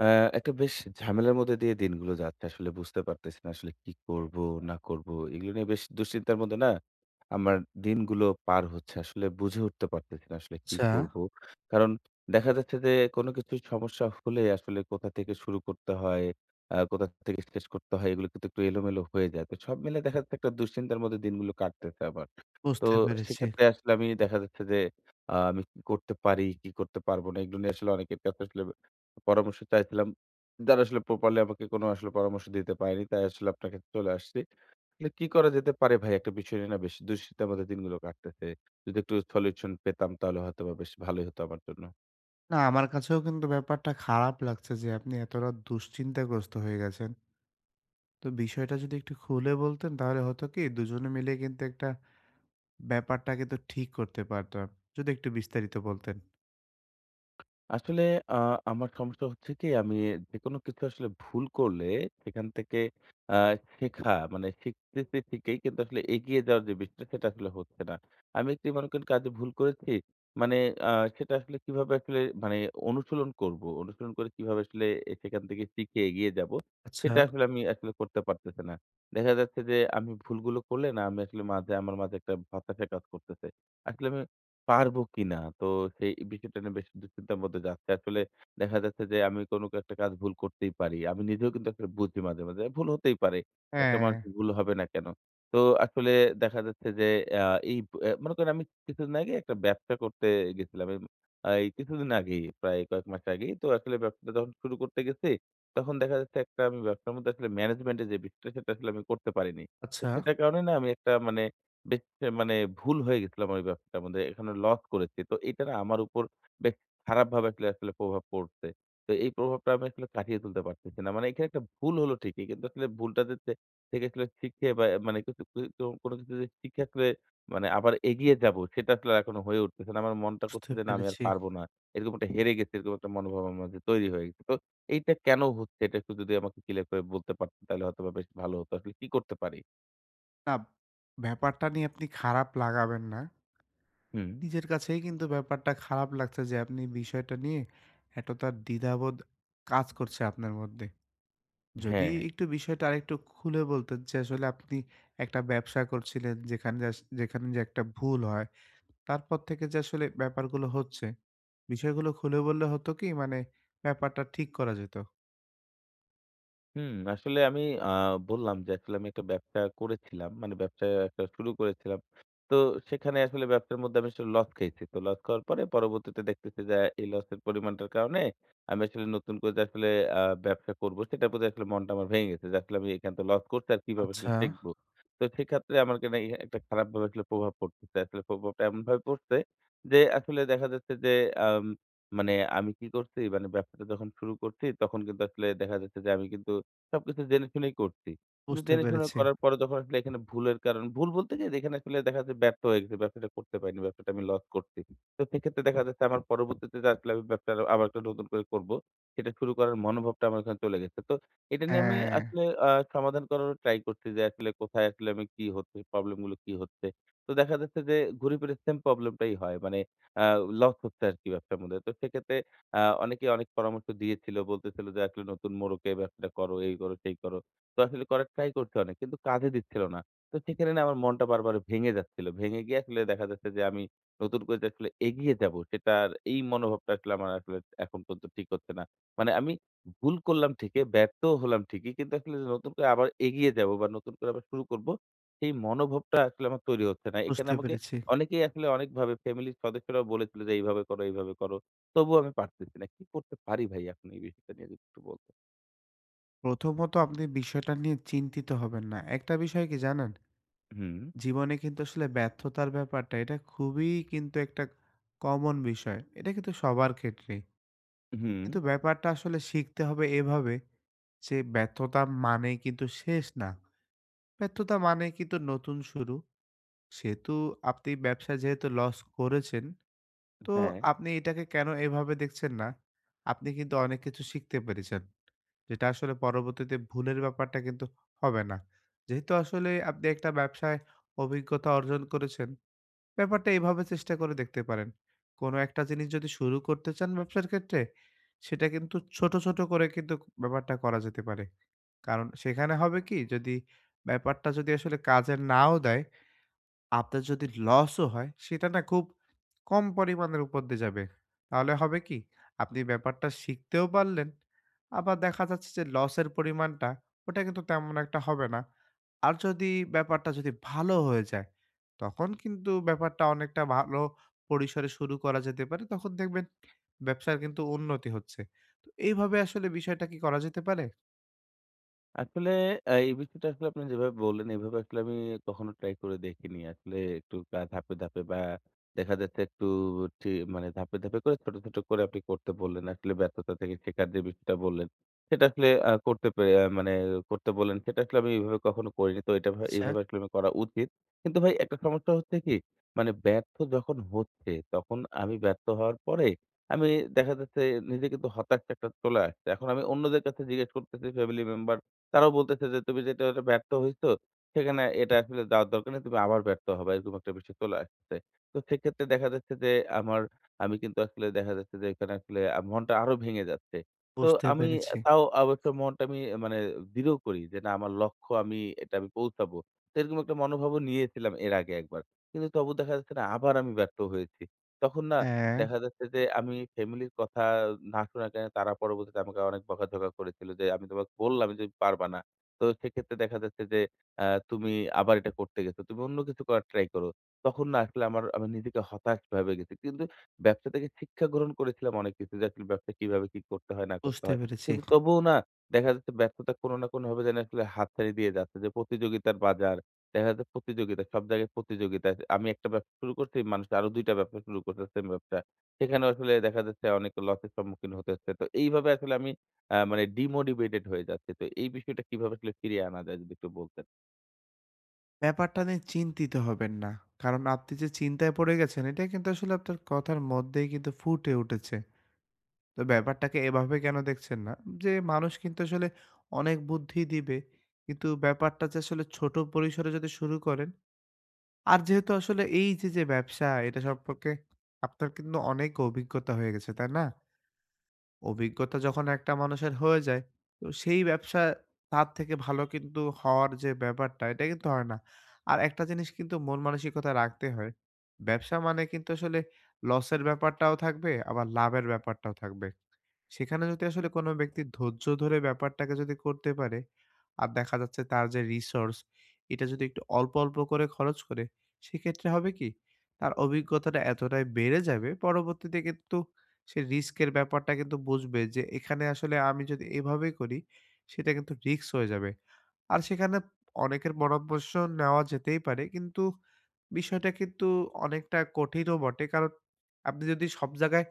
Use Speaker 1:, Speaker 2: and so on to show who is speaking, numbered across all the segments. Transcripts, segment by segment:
Speaker 1: আ একটা বেশ ঝামেলার মধ্যে দিয়ে দিনগুলো যাচ্ছে। আসলে বুঝতে পারতেছি না আসলে কি করব না করব। এগুলো নিয়ে বেশ দুশ্চিন্তার মধ্যে না আমার দিনগুলো পার হচ্ছে। আসলে বুঝে উঠতে পারতেছি না আসলে কি
Speaker 2: আচ্ছা,
Speaker 1: করব। কারণ দেখা যাচ্ছে যে কোনো কিছুর সমস্যা হলে আসলে কোথা থেকে শুরু করতে হয়, কোথা থেকে শেষ করতে হয় এগুলো কিন্তু একটু এলোমেলো হয়ে যায়। তো সব মিলে দেখা যাচ্ছে একটা দুশ্চিন্তার মধ্যে দিনগুলো কাটতেছে আমার। তো
Speaker 2: বুঝতে পেরেছি।
Speaker 1: সেক্ষেত্রে আসলে আমি দেখা যাচ্ছে যে আমি কি করতে পারি, কি করতে পারব না এগুলো নিয়ে আসলে অনেকের কাছে আসলে পরামর্শ চাইছিলাম। যারা আসলে প্রপারলি আমাকে কোনো আসলে পরামর্শ দিতে পারেনি। তাই আসলে আপনার কাছে চলে আসছি। তাহলে কি করা যেতে পারে ভাই? একটা বিষয় নিয়ে না বেশ দুশ্চিন্তার মধ্যে দিনগুলো কাটতেছে। যদি একটু সলিউশন পেতাম তাহলে হয়তোবা বেশ ভালোই হতো আমার জন্য।
Speaker 2: না আমার কাছেও কিন্তু ব্যাপারটা খারাপ লাগছে যে আপনি এত রাত দুশ্চিন্তাগ্রস্ত হয়ে গেছেন। তো বিষয়টা যদি একটু খুলে বলতেন তাহলে হতো কি দুজনে মিলে কিন্তু একটা ব্যাপারটা কিন্তু ঠিক করতে পারতাম। যদি একটু বিস্তারিত বলতেন।
Speaker 1: আসলে আ আমার সমস্যা হচ্ছে কি আমি যেকোনো কিছু আসলে ভুল করলে সেখান থেকে আ শেখা মানে শিখতেছি ঠিকই কিন্তু আসলে এগিয়ে যাওয়ার যে বিষয়টা সেটা আসলে হচ্ছে না। আমি একটি মনে করেন কাজে ভুল করেছি। মানে আ সেটা আসলে কিভাবে আসলে মানে অনুশীলন করব? অনুশীলন করে কিভাবে আসলে সেখান থেকে শিখে এগিয়ে যাব?
Speaker 2: আচ্ছা।
Speaker 1: সেটা আসলে আমি আসলে করতে পারতেছি না। দেখা যাচ্ছে যে আমি ভুলগুলো করলে না আমি আসলে মাঝে আমার মাঝে একটা হতাশা কাজ করতেছে। আসলে আমি পারবো কিনা? তো সেই বিষয়টা নিয়ে বেশ দুশ্চিন্তার মধ্যে যাচ্ছে। আসলে দেখা যাচ্ছে যে আমি কোনো একটা কাজ ভুল করতেই পারি। আমি নিজেও কিন্তু আসলে বুঝি মাঝে, মাঝে। ভুল হতেই পারে। একটা
Speaker 2: হ্যাঁ।
Speaker 1: মানুষের ভুল হবে না কেন? তো আসলে দেখা যাচ্ছে যে আ এই অ্যা মনে করেন আমি কিছুদিন আগে একটা ব্যবসা করতে গেছিলাম। এম আ এই কিছুদিন আগেই, প্রায় কয়েক মাস আগেই। তো আসলে ব্যবসাটা যখন শুরু করতে গেছি, তখন দেখা যাচ্ছে একটা আমি ব্যবসার মধ্যে আসলে ম্যানেজমেন্ট এর যে বিষয়টা, সেটা আসলে আমি করতে পারিনি। তো
Speaker 2: আচ্ছা,
Speaker 1: সেটার কারণে না আমি একটা মানে বেশ মানে ভুল হয়ে গেছিলাম ওই ব্যাপারটার মধ্যে। এখানে লস করেছি। তো এটা না আমার উপর বেশ খারাপভাবে আসলে আসলে প্রভাব পড়ছে। তো এই প্রভাবটা আমি আসলে কাটিয়ে তুলতে পারতেছি না। মানে এখানে একটা ভুল হলো ঠিকই। কিন্তু আসলে ভুলটা যে থেকে আসলে শিখে বা মানে কিছু কি তো কোনো কিছু যে শিখে আসলে মানে আবার এগিয়ে যাবো সেটা আসলে আর এখনো হয়ে উঠতেছে না। আমার মনটা
Speaker 2: বুঝতে
Speaker 1: করছে যে, "না আমি আর
Speaker 2: পেরেছি।
Speaker 1: পারবো না।" এরকম একটা হেরে গেছি, এরকম একটা মনোভাব আমার মাঝে তৈরি হয়ে গেছে। তো এইটা কেন হচ্ছে এটা একটু যদি আমাকে ক্লিয়ার করে বলতে পারতেন তাহলে হয়তোবা বেশ ভালো হতো। আসলে কি করতে পারি?
Speaker 2: না, ব্যাপারটা নিয়ে আপনি খারাপ লাগাবেন না।
Speaker 1: হুম,
Speaker 2: নিজের কাছেই কিন্তু ব্যাপারটা খারাপ লাগছে যে আপনি বিষয়টা নিয়ে এতটা দ্বিধাবোধ কাজ করছে আপনার মধ্যে। যদি
Speaker 1: হ্যাঁ।
Speaker 2: একটু বিষয়টা আরেকটু খুলে বলতেন যে আসলে আপনি একটা ব্যবসা করছিলেন যেখানে যে একটা ভুল হয়, তারপর থেকে যে আসলে ব্যাপারগুলো হচ্ছে, বিষয়গুলো খুলে বললে হতো কি মানে ব্যাপারটা ঠিক করা যেত।
Speaker 1: হুম, আসলে আমি বললাম যে আসলে আমি একটা ব্যবসা করেছিলাম। মানে ব্যবসা একটা শুরু করেছিলাম। তো সেখানে আসলে ব্যবসার মধ্যে আমি আসলে লস খেয়েছি। তো লস খাওয়ার পরে পরবর্তীতে দেখতেছি যে এই লসের পরিমাণটার কারণে আমি আসলে নতুন করে যে আসলে আ ব্যবসা করব সেটার প্রতি আসলে মনটা আমার ভেঙে গেছে। যে আসলে আমি এখানে তো লস করছি আর কিভাবে আসলে
Speaker 2: আচ্ছা,
Speaker 1: টিকবো। তো সেক্ষেত্রে আমার কেন একটা খারাপভাবে আসলে প্রভাব পড়তেছে। আসলে প্রভাবটা এমনভাবে পড়ছে যে আসলে দেখা যাচ্ছে যে আম মানে আমি কি করছি মানে ব্যবসাটা যখন শুরু করছি তখন কিন্তু আসলে দেখা যাচ্ছে যে আমি কিন্তু সবকিছু জেনে শুনেই করছি। কিন্তু
Speaker 2: বুঝতে
Speaker 1: জেনে শুনে
Speaker 2: পেরেছি।
Speaker 1: করার পরে যখন আসলে এখানে ভুলের কারণ ভুল বলতে কি যে এখানে আসলে দেখা যাচ্ছে ব্যর্থ হয়ে গেছি। ব্যবসাটা করতে পারিনি। ব্যবসাটা আমি লস করছি। তো সেক্ষেত্রে দেখা যাচ্ছে আমার পরবর্তীতে যে আসলে আমি আবার একটা নতুন করে করব। সেটা শুরু করার মনোভাবটা আমার এখানে চলে গেছে। তো এটা নিয়ে আমি
Speaker 2: হ্যাঁ,
Speaker 1: আসলে সমাধান করারও ট্রাই করছি যে আসলে কোথায় আসলে আমি কি হচ্ছে, প্রবলেম গুলো কি হচ্ছে। তো দেখা যাচ্ছে যে ঘুরে ফিরে সেম প্রবলেম টাই হয়। মানে আ লস হচ্ছে আরকি ব্যবসার মধ্যে। তো সেক্ষেত্রে আ অনেকে অনেক পরামর্শ দিয়েছিল। বলতেছিল যে, "আসলে নতুন মোড়কে ব্যবসাটা করো, এই করো, সেই করো।" তো আসলে করার ট্রাই করছি অনেক। কিন্তু কাজে দিচ্ছিল না। তো সেখানে না আমার মনটা বারবার ভেঙে যাচ্ছিল। ভেঙে গিয়ে আসলে দেখা যাচ্ছে যে, আমি নতুন করে যে আসলে এগিয়ে যাবো, সেটার এই মনোভাবটা আসলে আমার আসলে এখন পর্যন্ত ঠিক হচ্ছে না। মানে আমি ভুল করলাম ঠিকই, ব্যর্থও হলাম ঠিকই। কিন্তু আসলে যে নতুন করে আবার এগিয়ে যাবো বা নতুন করে আবার শুরু করব, সেই মনোভাবটা আসলে আমার তৈরি হচ্ছে না। এখানে
Speaker 2: বুঝতে
Speaker 1: আমাকে
Speaker 2: পেরেছি।
Speaker 1: অনেকেই আসলে অনেকভাবে ফ্যামিলির সদস্যরাও বলেছিল যে, "এইভাবে করো, এইভাবে করো।" তবুও আমি পারতেছি না। কি করতে পারি ভাই এখন এই বিষয়টা নিয়ে যদি একটু বলতেন?
Speaker 2: প্রথমত আপনি বিষয়টা নিয়ে চিন্তিত হবেন না, একটা বিষয় কি জানেন,
Speaker 1: হুম,
Speaker 2: জীবনে কিন্তু আসলে ব্যর্থতার ব্যাপারটা এটা খুবই কিন্তু একটা কমন বিষয়, এটা কিন্তু সবার ক্ষেত্রে
Speaker 1: হুম।
Speaker 2: কিন্তু ব্যাপারটা আসলে শিখতে হবে এভাবে যে ব্যর্থতা মানে কিন্তু শেষ না। ব্যর্থতা মানে কিন্তু নতুন শুরু। সেহেতু আপনি ব্যবসায় যেহেতু লস করেছেন, তো
Speaker 1: হ্যাঁ।
Speaker 2: আপনি এটাকে কেন এভাবে দেখছেন না? আপনি কিন্তু অনেক কিছু শিখতে পেরেছেন। যেটা আসলে পরবর্তীতে ভুলের ব্যাপারটা কিন্তু হবে না। যেহেতু আসলে আপনি একটা ব্যবসায় অভিজ্ঞতা অর্জন করেছেন, ব্যাপারটা এভাবে চেষ্টা করে দেখতে পারেন। কোনো একটা জিনিস যদি শুরু করতে চান ব্যবসার ক্ষেত্রে, সেটা কিন্তু ছোট, ছোট করে কিন্তু ব্যাপারটা করা যেতে পারে। কারণ সেখানে হবে কি, যদি ব্যাপারটা আসলে কাজে নাও দেয়, আপনার যদি লসও হয় সেটা না খুব কম পরিমাণের উপর দিয়ে যাবে। তাহলে হবে কি? আপনি ব্যাপারটা শিখতেও পারলেন। আবার দেখা যাচ্ছে যে লসের পরিমাণটা ওটা কিন্তু তেমন একটা হবে না। আর যদি ব্যাপারটা ভালো হয়ে যায়, তখন কিন্তু ব্যাপারটা অনেকটা ভালো পরিসরে শুরু করা যেতে পারে। তখন দেখবেন ব্যবসার কিন্তু উন্নতি হচ্ছে। তো এইভাবে আসলে বিষয়টা কি করা যেতে পারে?
Speaker 1: আসলে এই বিষয়টা আসলে আপনি যেভাবে বললেন, এভাবে আসলে আমি কখনো ট্রাই করে দেখিনি। আসলে একটু ধাপে, ধাপে বা দেখা যাচ্ছে একটু টি মানে ধাপে, ধাপে করে ছোট, ছোট করে আপনি করতে বললেন। আসলে ব্যর্থতা থেকে শেখার যে বিষয়টা বললেন, সেটা আসলে আ করতে পে আ মানে করতে বললেন, সেটা আসলে আমি এভাবে কখনো করিনি। তো এটা
Speaker 2: আচ্ছা,
Speaker 1: এভাবে আসলে আমার করা উচিত। কিন্তু ভাই একটা সমস্যা হচ্ছে কি, মানে ব্যর্থ যখন হচ্ছে, তখন আমি ব্যর্থ হওয়ার পরে আমি দেখা যাচ্ছে নিজে কিন্তু হতাশ একটা চলে আসছে। এখন আমি অন্যদের কাছে জিজ্ঞেস করতেছি ফ্যামিলি মেম্বার তারাও বলতেছে যে, "তুমি যেটা ওটা ব্যর্থ হইছো, সেখানে এটা আসলে যাওয়ার দরকার নেই। তুমি আবার ব্যর্থ হবা।" এরকম একটা বিষয় চলে আসতেছে। তো সেক্ষেত্রে দেখা যাচ্ছে যে, আমার আমি কিন্তু আসলে দেখা যাচ্ছে যে, এখানে আসলে মনটা আরো ভেঙে যাচ্ছে। তো
Speaker 2: বুঝতে
Speaker 1: আমি
Speaker 2: পেরেছি।
Speaker 1: তাও অবশ্য মনটা আমি মানে দৃঢ় করি যে, "না, আমার লক্ষ্য আমি এটা আমি পৌঁছাবো।" তো এরকম একটা মনোভাবও নিয়েছিলাম এর আগে একবার। কিন্তু তবু দেখা যাচ্ছে না আবার আমি ব্যর্থ হয়েছি। তখন না
Speaker 2: হ্যাঁ।
Speaker 1: দেখা যাচ্ছে যে আমি ফ্যামিলির কথা না শোনার কারণে তারা পরবর্তীতে আমাকে অনেক বকাঝকা করেছিল যে, "আমি তোমাকে বললাম যে পারবা না।" তো সেক্ষেত্রে দেখা যাচ্ছে যে আ তুমি আবার এটা করতে গেছো। তুমি অন্য কিছু করার ট্রাই করো। তখন না আসলে আমার আমি নিজেকে হতাশ ভেবে গেছি। কিন্তু ব্যবসা থেকে শিক্ষা গ্রহণ করেছিলাম অনেক কিছু যে আসলে ব্যবসা কিভাবে কি করতে হয় না করতে
Speaker 2: বুঝতে
Speaker 1: হয়।
Speaker 2: পেরেছি।
Speaker 1: কিন্তু তবুও না দেখা যাচ্ছে ব্যর্থতা কোনো না কোনোভাবে যেন আসলে হাতছানি দিয়ে যাচ্ছে যে প্রতিযোগিতার বাজার। দেখা যাচ্ছে প্রতিযোগিতা, সব জায়গায় প্রতিযোগিতা। আমি একটা ব্যবসা শুরু করছি, মানুষ আরো ২ টা ব্যবসা শুরু করছে সেম ব্যবসা। সেখানে আসলে দেখা যাচ্ছে অনেক লসের সম্মুখীন হতে হচ্ছে। তো এইভাবে আসলে আমি মানে ডিমোটিভেটেড হয়ে যাচ্ছি। তো এই বিষয়টা কিভাবে আসলে ফিরিয়ে আনা যায় যদি একটু বলতেন?
Speaker 2: ব্যাপারটা নিয়ে চিন্তিত হবেন না। কারণ আপনি যে চিন্তায় পড়ে গেছেন, এটা কিন্তু আসলে আপনার কথার মধ্যেই কিন্তু ফুটে উঠেছে। তো ব্যাপারটাকে এভাবে কেন দেখছেন না? যে মানুষ কিন্তু আসলে অনেক বুদ্ধি দিবে। কিন্তু ব্যাপারটা যে আসলে ছোট পরিসরে যদি শুরু করেন, আর যেহেতু আসলে এই যে, যে ব্যবসা এটা সম্পর্কে আপনার কিন্তু অনেক অভিজ্ঞতা হয়ে গেছে, তাই না? অভিজ্ঞতা যখন একটা মানুষের হয়ে যায়, তো সেই ব্যবসা তার থেকে ভালো কিন্তু হওয়ার যে ব্যাপারটা, এটা কিন্তু হয় না। আর একটা জিনিস কিন্তু মন মানসিকতা রাখতে হয়। ব্যবসা মানে কিন্তু আসলে লসের ব্যাপারটাও থাকবে, আবার লাভের ব্যাপারটাও থাকবে। সেখানে যদি আসলে কোনো ব্যক্তি ধৈর্য ধরে ব্যাপারটাকে যদি করতে পারে, আর দেখা যাচ্ছে তার যে রিসোর্স, এটা যদি একটু অল্প, অল্প করে খরচ করে, সেক্ষেত্রে হবে কি? তার অভিজ্ঞতাটা এতটাই বেড়ে যাবে, পরবর্তীতে কিন্তু সে রিস্কের ব্যাপারটা কিন্তু বুঝবে যে এখানে আসলে আমি যদি এভাবেই করি সেটা কিন্তু রিস্ক হয়ে যাবে। আর সেখানে অনেকের পরামর্শ নেওয়া যেতেই পারে। কিন্তু বিষয়টা কিন্তু অনেকটা কঠিনও বটে। কারণ আপনি যদি সব জায়গায়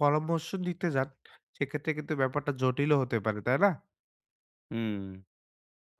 Speaker 2: পরামর্শ দিতে যান সেক্ষেত্রে কিন্তু ব্যাপারটা জটিলও হতে পারে, তাই না?
Speaker 1: হুম।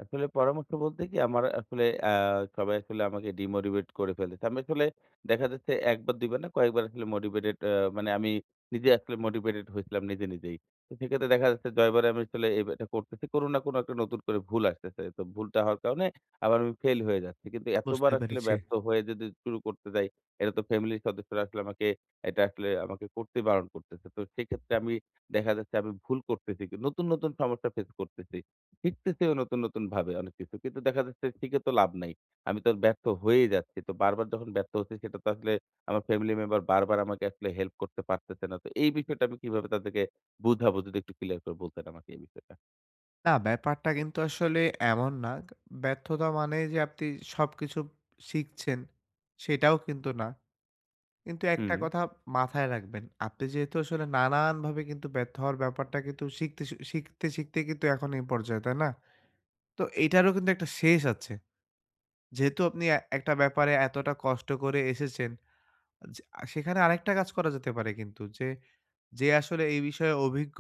Speaker 1: আসলে পরামর্শ বলতে কি আমার আসলে সবাই আসলে আমাকে ডিমোটিভেট করে ফেলেছে। আমি আসলে দেখা যাচ্ছে ১ বার ২ বার না কয়েকবার আসলে মোটিভেটেড আ মানে আমি নিজে আসলে মোটিভেটেড হয়েছিলাম নিজে, নিজেই। তো সেক্ষেত্রে দেখা যাচ্ছে জয়বারে আমি আসলে এটা করতেছি। কোনো না কোনো একটা নতুন করে ভুল আসতেছে। তো ভুলটা হওয়ার কারণে আবার আমি ফেইল হয়ে যাচ্ছি। কিন্তু এতবার
Speaker 2: বুঝতে
Speaker 1: আসলে
Speaker 2: পেরেছি।
Speaker 1: ব্যর্থ হয়ে যদি শুরু করতে যাই, এটা তো ফ্যামিলির সদস্যরা আসলে আমাকে এটা আসলে আমাকে করতে বারণ করতেছে। তো সেক্ষেত্রে আমি দেখা যাচ্ছে আমি ভুল করতেছি। নতুন, নতুন সমস্যা ফেস করতেছি। শিখতেছেও নতুন, নতুন ভাবে অনেক কিছু। কিন্তু দেখা যাচ্ছে শিখে তো লাভ নাই। আমি তো ব্যর্থ হয়েই যাচ্ছি। তো বারবার যখন ব্যর্থ হচ্ছি সেটা তো আসলে আমার ফ্যামিলি মেম্বার বারবার আমাকে আসলে হেল্প করতে পারতেছে না। তো এই বিষয়টা আমি কিভাবে তাদেরকে বুঝাবো যদি একটু ক্লিয়ার করে বলতেন আমাকে এই বিষয়টা?
Speaker 2: না, ব্যাপারটা কিন্তু আসলে এমন না। ব্যর্থতা মানে যে আপনি সবকিছু শিখছেন সেটাও কিন্তু না। কিন্তু একটা
Speaker 1: হু।
Speaker 2: কথা মাথায় রাখবেন। আপনি যেহেতু আসলে নানানভাবে কিন্তু ব্যর্থ হওয়ার ব্যাপারটা কিন্তু শিখতে, শিখতে, শিখতে কিন্তু এখন এই পর্যায়ে, তাই না? তো এটারও কিন্তু একটা শেষ আছে। যেহেতু আপনি এ একটা ব্যাপারে এতটা কষ্ট করে এসেছেন, যে সেখানে আরেকটা কাজ করা যেতে পারে কিন্তু যে, যে আসলে এই বিষয়ে অভিজ্ঞ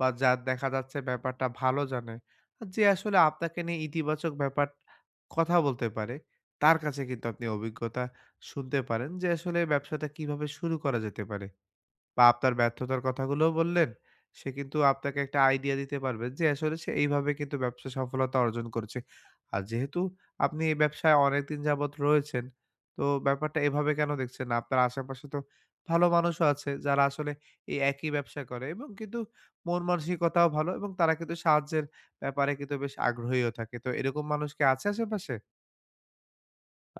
Speaker 2: বা যার দেখা যাচ্ছে ব্যাপারটা ভালো জানে, আর যে আসলে আপনাকে নিয়ে ইতিবাচক ব্যাপার কথা বলতে পারে, তার কাছে কিন্তু আপনি অভিজ্ঞতা শুনতে পারেন যে আসলে ব্যবসাটা কিভাবে শুরু করা যেতে পারে। বা আপনার ব্যর্থতার কথাগুলোও বললেন, সে কিন্তু আপনাকে একটা আইডিয়া দিতে পারবে যে আসলে সে এইভাবে কিন্তু ব্যবসায় সফলতা অর্জন করেছে। আর যেহেতু আপনি এই ব্যবসায় অনেকদিন যাবৎ রয়েছেন, তো ব্যাপারটা এভাবে কেন দেখছেন না? আপনার আশেপাশে তো ভালো মানুষও আছে যারা আসলে এই একই ব্যবসা করে এবং কিন্তু মন মানসিকতাও ভালো এবং তারা কিন্তু সাহায্যের ব্যাপারে কিন্তু বেশ আগ্রহীও থাকে। তো এরকম মানুষ কি আছে আশেপাশে?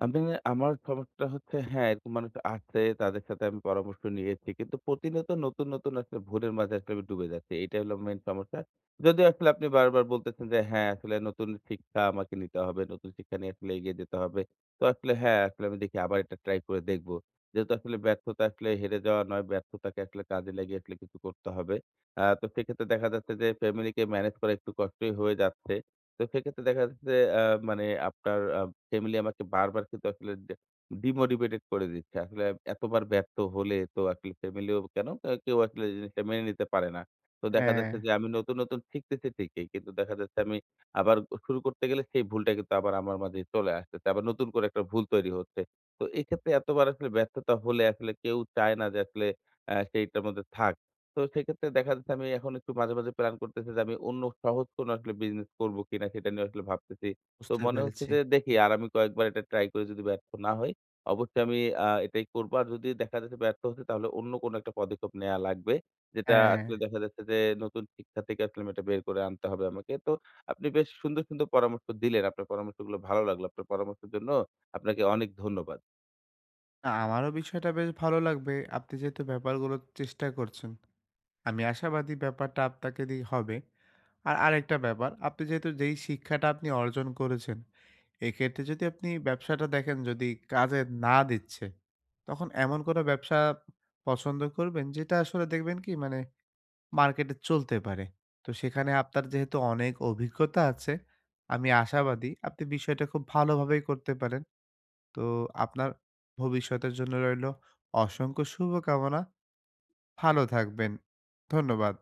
Speaker 1: আমি আমার সমস্যা হচ্ছে হ্যাঁ, এরকম মানুষ আছে। তাদের সাথে আমি পরামর্শ নিয়েছি। কিন্তু প্রতিনিয়ত নতুন, নতুন আসলে ভুলের মাঝে আসলে আমি ডুবে যাচ্ছি। এটাই হলো মেইন সমস্যা। যদিও আসলে আপনি বারবার বলতেছেন যে হ্যাঁ, আসলে নতুন শিক্ষা আমাকে নিতে হবে। নতুন শিক্ষা নিয়ে আসলে এগিয়ে যেতে হবে। তো আসলে হ্যাঁ, আসলে আমি দেখি আবার এটা ট্রাই করে দেখব। যেহেতু আসলে ব্যর্থতা আসলে হেরে যাওয়া নয়, ব্যর্থতাকে আসলে কাজে লাগিয়ে আসলে কিছু করতে হবে। তো সেক্ষেত্রে দেখা যাচ্ছে যে ফ্যামিলিকে ম্যানেজ করা একটু কষ্টই হয়ে যাচ্ছে। তো সেক্ষেত্রে দেখা যাচ্ছে যে মানে আপনার আ ফ্যামিলি আমাকে বারবার কিন্তু আসলে ডিমোটিভেটেড করে দিচ্ছে। আসলে এতবার ব্যর্থ হলে তো আসলে ফ্যামিলিও কেন কেউ আসলে জিনিসটা মেনে নিতে পারে না। তো দেখা
Speaker 2: হ্যাঁ।
Speaker 1: যাচ্ছে যে আমি নতুন, নতুন শিখতেছি ঠিকই। কিন্তু দেখা যাচ্ছে আমি আবার শুরু করতে গেলে সেই ভুলটা কিন্তু আবার আমার মাঝেই চলে আসতেছে। আবার নতুন করে একটা ভুল তৈরি হচ্ছে। তো এক্ষেত্রে এতবার আসলে ব্যর্থতা হলে আসলে কেউ চায় না যে আসলে সেইটার মধ্যে থাক। তো সেক্ষেত্রে দেখা যাচ্ছে আমি এখন একটু মাঝে, মাঝে প্ল্যান করতেছি যে আমি অন্য সহজ কোনো আসলে বিজনেস করব কিনা সেটা নিয়ে আসলে ভাবতেছি। তো
Speaker 2: বুঝতে
Speaker 1: মনে হচ্ছে
Speaker 2: পেরেছি।
Speaker 1: যে দেখি আর আমি কয়েকবার এটা ট্রাই করে যদি ব্যর্থ না হই, অবশ্যই আমি এটাই করব। আর যদি দেখা যাচ্ছে ব্যর্থ হচ্ছি তাহলে অন্য কোনো একটা পদক্ষেপ নেয়া লাগবে। যেটা
Speaker 2: হ্যাঁ।
Speaker 1: আসলে দেখা যাচ্ছে যে নতুন শিক্ষা থেকে আসলে আমি এটা বের করে আনতে হবে আমাকে। তো আপনি বেশ সুন্দর, সুন্দর পরামর্শ দিলেন। আপনার পরামর্শগুলো ভালো লাগলো। আপনার পরামর্শের জন্য আপনাকে অনেক ধন্যবাদ।
Speaker 2: না, আমারও বিষয়টা বেশ ভালো লাগবে। আপনি যেহেতু ব্যাপারগুলো চেষ্টা করছেন, আমি আশাবাদী ব্যাপারটা আপনাকে দিয়ে হবে। আর আরেকটা ব্যাপার, আপনি যেহেতু যেই শিক্ষাটা আপনি অর্জন করেছেন, এক্ষেত্রে যদি আপনি ব্যবসাটা দেখেন যদি কাজে না দিচ্ছে, তখন এমন কোনো ব্যবসা পছন্দ করবেন যেটা আসলে দেখবেন কি মানে মার্কেটে চলতে পারে। তো সেখানে আপনার যেহেতু অনেক অভিজ্ঞতা আছে, আমি আশাবাদী আপনি বিষয়টা খুব ভালোভাবেই করতে পারেন। তো আপনার ভবিষ্যতের জন্য রইল অসংখ্য শুভকামনা। ভালো থাকবেন। ধন্যবাদ।